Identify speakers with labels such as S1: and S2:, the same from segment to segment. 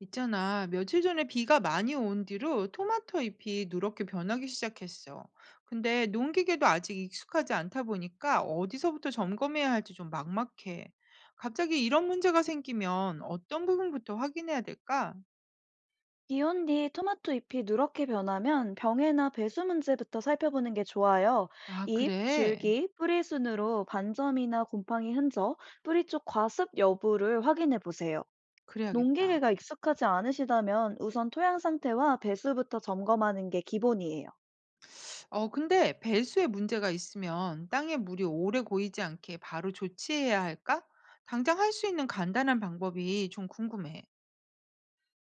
S1: 있잖아, 며칠 전에 비가 많이 온 뒤로 토마토 잎이 누렇게 변하기 시작했어. 근데 농기계도 아직 익숙하지 않다 보니까 어디서부터 점검해야 할지 좀 막막해. 갑자기 이런 문제가 생기면 어떤 부분부터 확인해야 될까?
S2: 비온 뒤 토마토 잎이 누렇게 변하면 병해나 배수 문제부터 살펴보는 게 좋아요.
S1: 아,
S2: 잎,
S1: 그래.
S2: 줄기, 뿌리 순으로 반점이나 곰팡이 흔적, 뿌리 쪽 과습 여부를 확인해 보세요.
S1: 그래야겠다.
S2: 농기계가 익숙하지 않으시다면 우선 토양 상태와 배수부터 점검하는 게 기본이에요.
S1: 어, 근데 배수에 문제가 있으면 땅에 물이 오래 고이지 않게 바로 조치해야 할까? 당장 할 수 있는 간단한 방법이 좀 궁금해.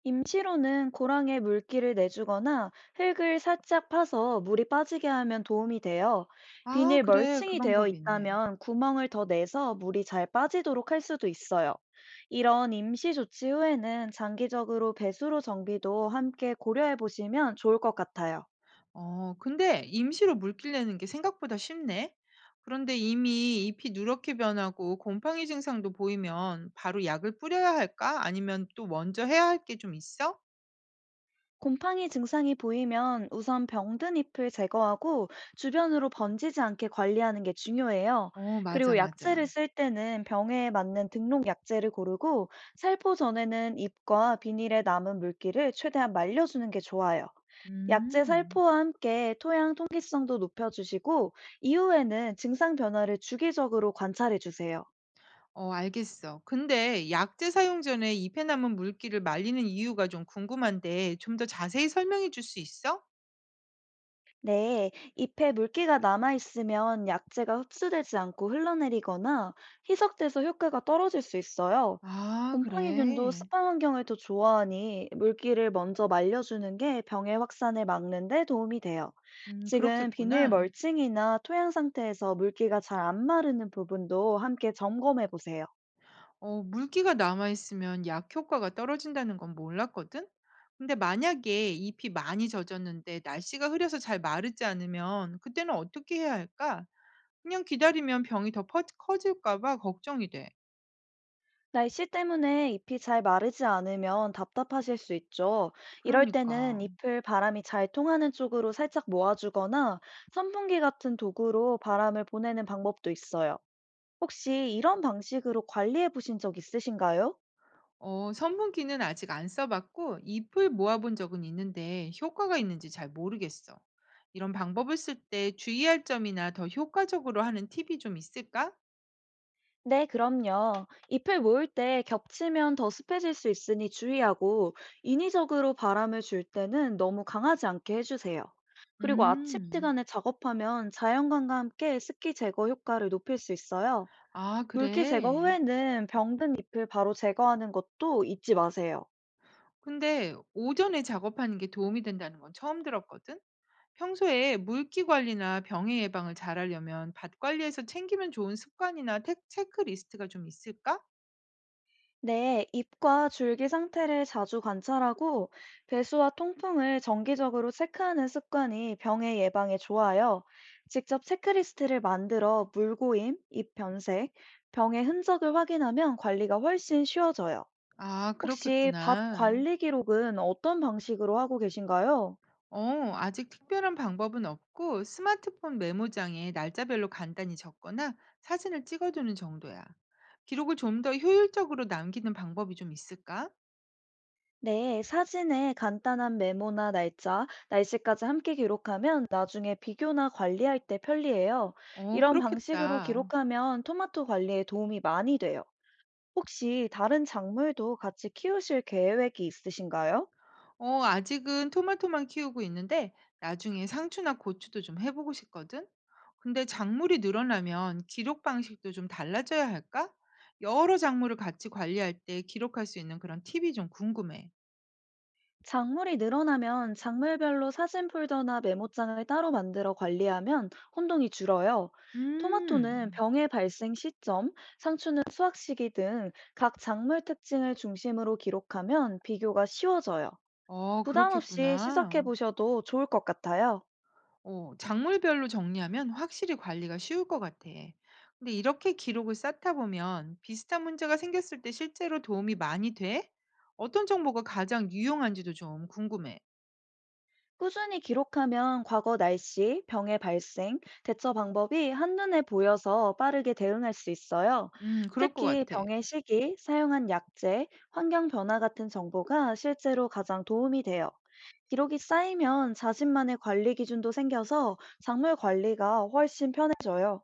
S2: 임시로는 고랑에 물기를 내주거나 흙을 살짝 파서 물이 빠지게 하면 도움이 돼요.
S1: 아,
S2: 비닐
S1: 그래. 그
S2: 멀칭이 되어
S1: 방법이 있네.
S2: 있다면 구멍을 더 내서 물이 잘 빠지도록 할 수도 있어요. 이런 임시 조치 후에는 장기적으로 배수로 정비도 함께 고려해 보시면 좋을 것 같아요.
S1: 어 근데 임시로 물길 내는 게 생각보다 쉽네. 그런데 이미 잎이 누렇게 변하고 곰팡이 증상도 보이면 바로 약을 뿌려야 할까? 아니면 또 먼저 해야 할 게 좀 있어?
S2: 곰팡이 증상이 보이면 우선 병든 잎을 제거하고 주변으로 번지지 않게 관리하는 게 중요해요.
S1: 어 맞아,
S2: 그리고
S1: 맞아.
S2: 약재를 쓸 때는 병에 맞는 등록 약재를 고르고 살포 전에는 잎과 비닐에 남은 물기를 최대한 말려주는 게 좋아요. 약재
S1: 음.
S2: 살포와 함께 토양 통기성도 높여주시고 이후에는 증상 변화를 주기적으로 관찰해 주세요.
S1: 어 알겠어. 근데 약제 사용 전에 잎에 남은 물기를 말리는 이유가 좀 궁금한데 좀 더 자세히 설명해 줄 수 있어?
S2: 네, 잎에 물기가 남아있으면 약재가 흡수되지 않고 흘러내리거나 희석돼서 효과가 떨어질 수 있어요.
S1: 아
S2: 곰팡이균도
S1: 그래.
S2: 습한 환경을 더 좋아하니 물기를 먼저 말려주는 게 병의 확산을 막는 데 도움이 돼요. 지금 비닐
S1: 그렇겠구나.
S2: 멀칭이나 토양 상태에서 물기가 잘 안 마르는 부분도 함께 점검해 보세요.
S1: 어 물기가 남아 있으면 약 효과가 떨어진다는 건 몰랐거든. 근데 만약에 잎이 많이 젖었는데 날씨가 흐려서 잘 마르지 않으면 그때는 어떻게 해야 할까? 그냥 기다리면 병이 더 퍼 커질까 봐 걱정이 돼.
S2: 날씨 때문에 잎이 잘 마르지 않으면 답답하실 수 있죠. 이럴 때는
S1: 그러니까.
S2: 잎을 바람이 잘 통하는 쪽으로 살짝 모아주거나 선풍기 같은 도구로 바람을 보내는 방법도 있어요. 혹시 이런 방식으로 관리해 보신 적 있으신가요?
S1: 어 선분기는 아직 안 써 봤고 잎을 모아 본 적은 있는데 효과가 있는지 잘 모르겠어. 이런 방법을 쓸 때 주의할 점이나 더 효과적으로 하는 팁이 좀 있을까?
S2: 네, 그럼요. 잎을 모을 때 겹치면 더 습해질 수 있으니 주의하고 인위적으로 바람을 줄 때는 너무 강하지 않게 해주세요. 그리고 아침
S1: 음.
S2: 시간에 작업하면 자연광과 함께 습기 제거 효과를 높일 수 있어요.
S1: 아
S2: 물기 제거
S1: 그래.
S2: 후에는 병든 잎을 바로 제거하는 것도 잊지 마세요.
S1: 근데 오전에 작업하는 게 도움이 된다는 건 처음 들었거든? 평소에 물기 관리나 병해 예방을 잘하려면 밭 관리에서 챙기면 좋은 습관이나 체크리스트가 좀 있을까?
S2: 네, 잎과 줄기 상태를 자주 관찰하고 배수와 통풍을 정기적으로 체크하는 습관이 병의 예방에 좋아요. 직접 체크리스트를 만들어 물고임, 잎 변색, 병의 흔적을 확인하면 관리가 훨씬 쉬워져요.
S1: 아,
S2: 혹시 밭
S1: 그렇겠구나.
S2: 관리 기록은 어떤 방식으로 하고 계신가요?
S1: 어, 아직 특별한 방법은 없고 스마트폰 메모장에 날짜별로 간단히 적거나 사진을 찍어두는 정도야. 기록을 좀 더 효율적으로 남기는 방법이 좀 있을까?
S2: 네, 사진에 간단한 메모나 날짜, 날씨까지 함께 기록하면 나중에 비교나 관리할 때 편리해요.
S1: 어,
S2: 이런 방식으로
S1: 그렇겠다.
S2: 기록하면 토마토 관리에 도움이 많이 돼요. 혹시 다른 작물도 같이 키우실 계획이 있으신가요?
S1: 어, 아직은 토마토만 키우고 있는데 나중에 상추나 고추도 좀 해보고 싶거든. 근데 작물이 늘어나면 기록 방식도 좀 달라져야 할까? 여러 작물을 같이 관리할 때 기록할 수 있는 그런 팁이 좀 궁금해.
S2: 작물이 늘어나면 작물별로 사진 폴더나 메모장을 따로 만들어 관리하면 혼동이 줄어요. 토마토는
S1: 음,
S2: 병의 발생 시점, 상추는 수확 시기 등 각 작물 특징을 중심으로 기록하면 비교가 쉬워져요.
S1: 어,
S2: 부담 없이 시작해
S1: 그렇겠구나.
S2: 보셔도 좋을 것 같아요.
S1: 어, 작물별로 정리하면 확실히 관리가 쉬울 것 같아. 근데 이렇게 기록을 쌓다 보면 비슷한 문제가 생겼을 때 실제로 도움이 많이 돼? 어떤 정보가 가장 유용한지도 좀 궁금해.
S2: 꾸준히 기록하면 과거 날씨, 병의 발생, 대처 방법이 한눈에 보여서 빠르게 대응할 수 있어요.
S1: 그럴 것
S2: 특히
S1: 같아.
S2: 병의 시기, 사용한 약제, 환경 변화 같은 정보가 실제로 가장 도움이 돼요. 기록이 쌓이면 자신만의 관리 기준도 생겨서 작물 관리가 훨씬 편해져요.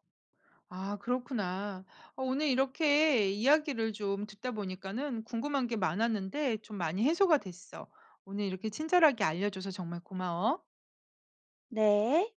S1: 아 그렇구나. 어 오늘 이렇게 이야기를 좀 듣다 보니까는 궁금한 게 많았는데 좀 많이 해소가 됐어. 오늘 이렇게 친절하게 알려줘서 정말 고마워.
S2: 네.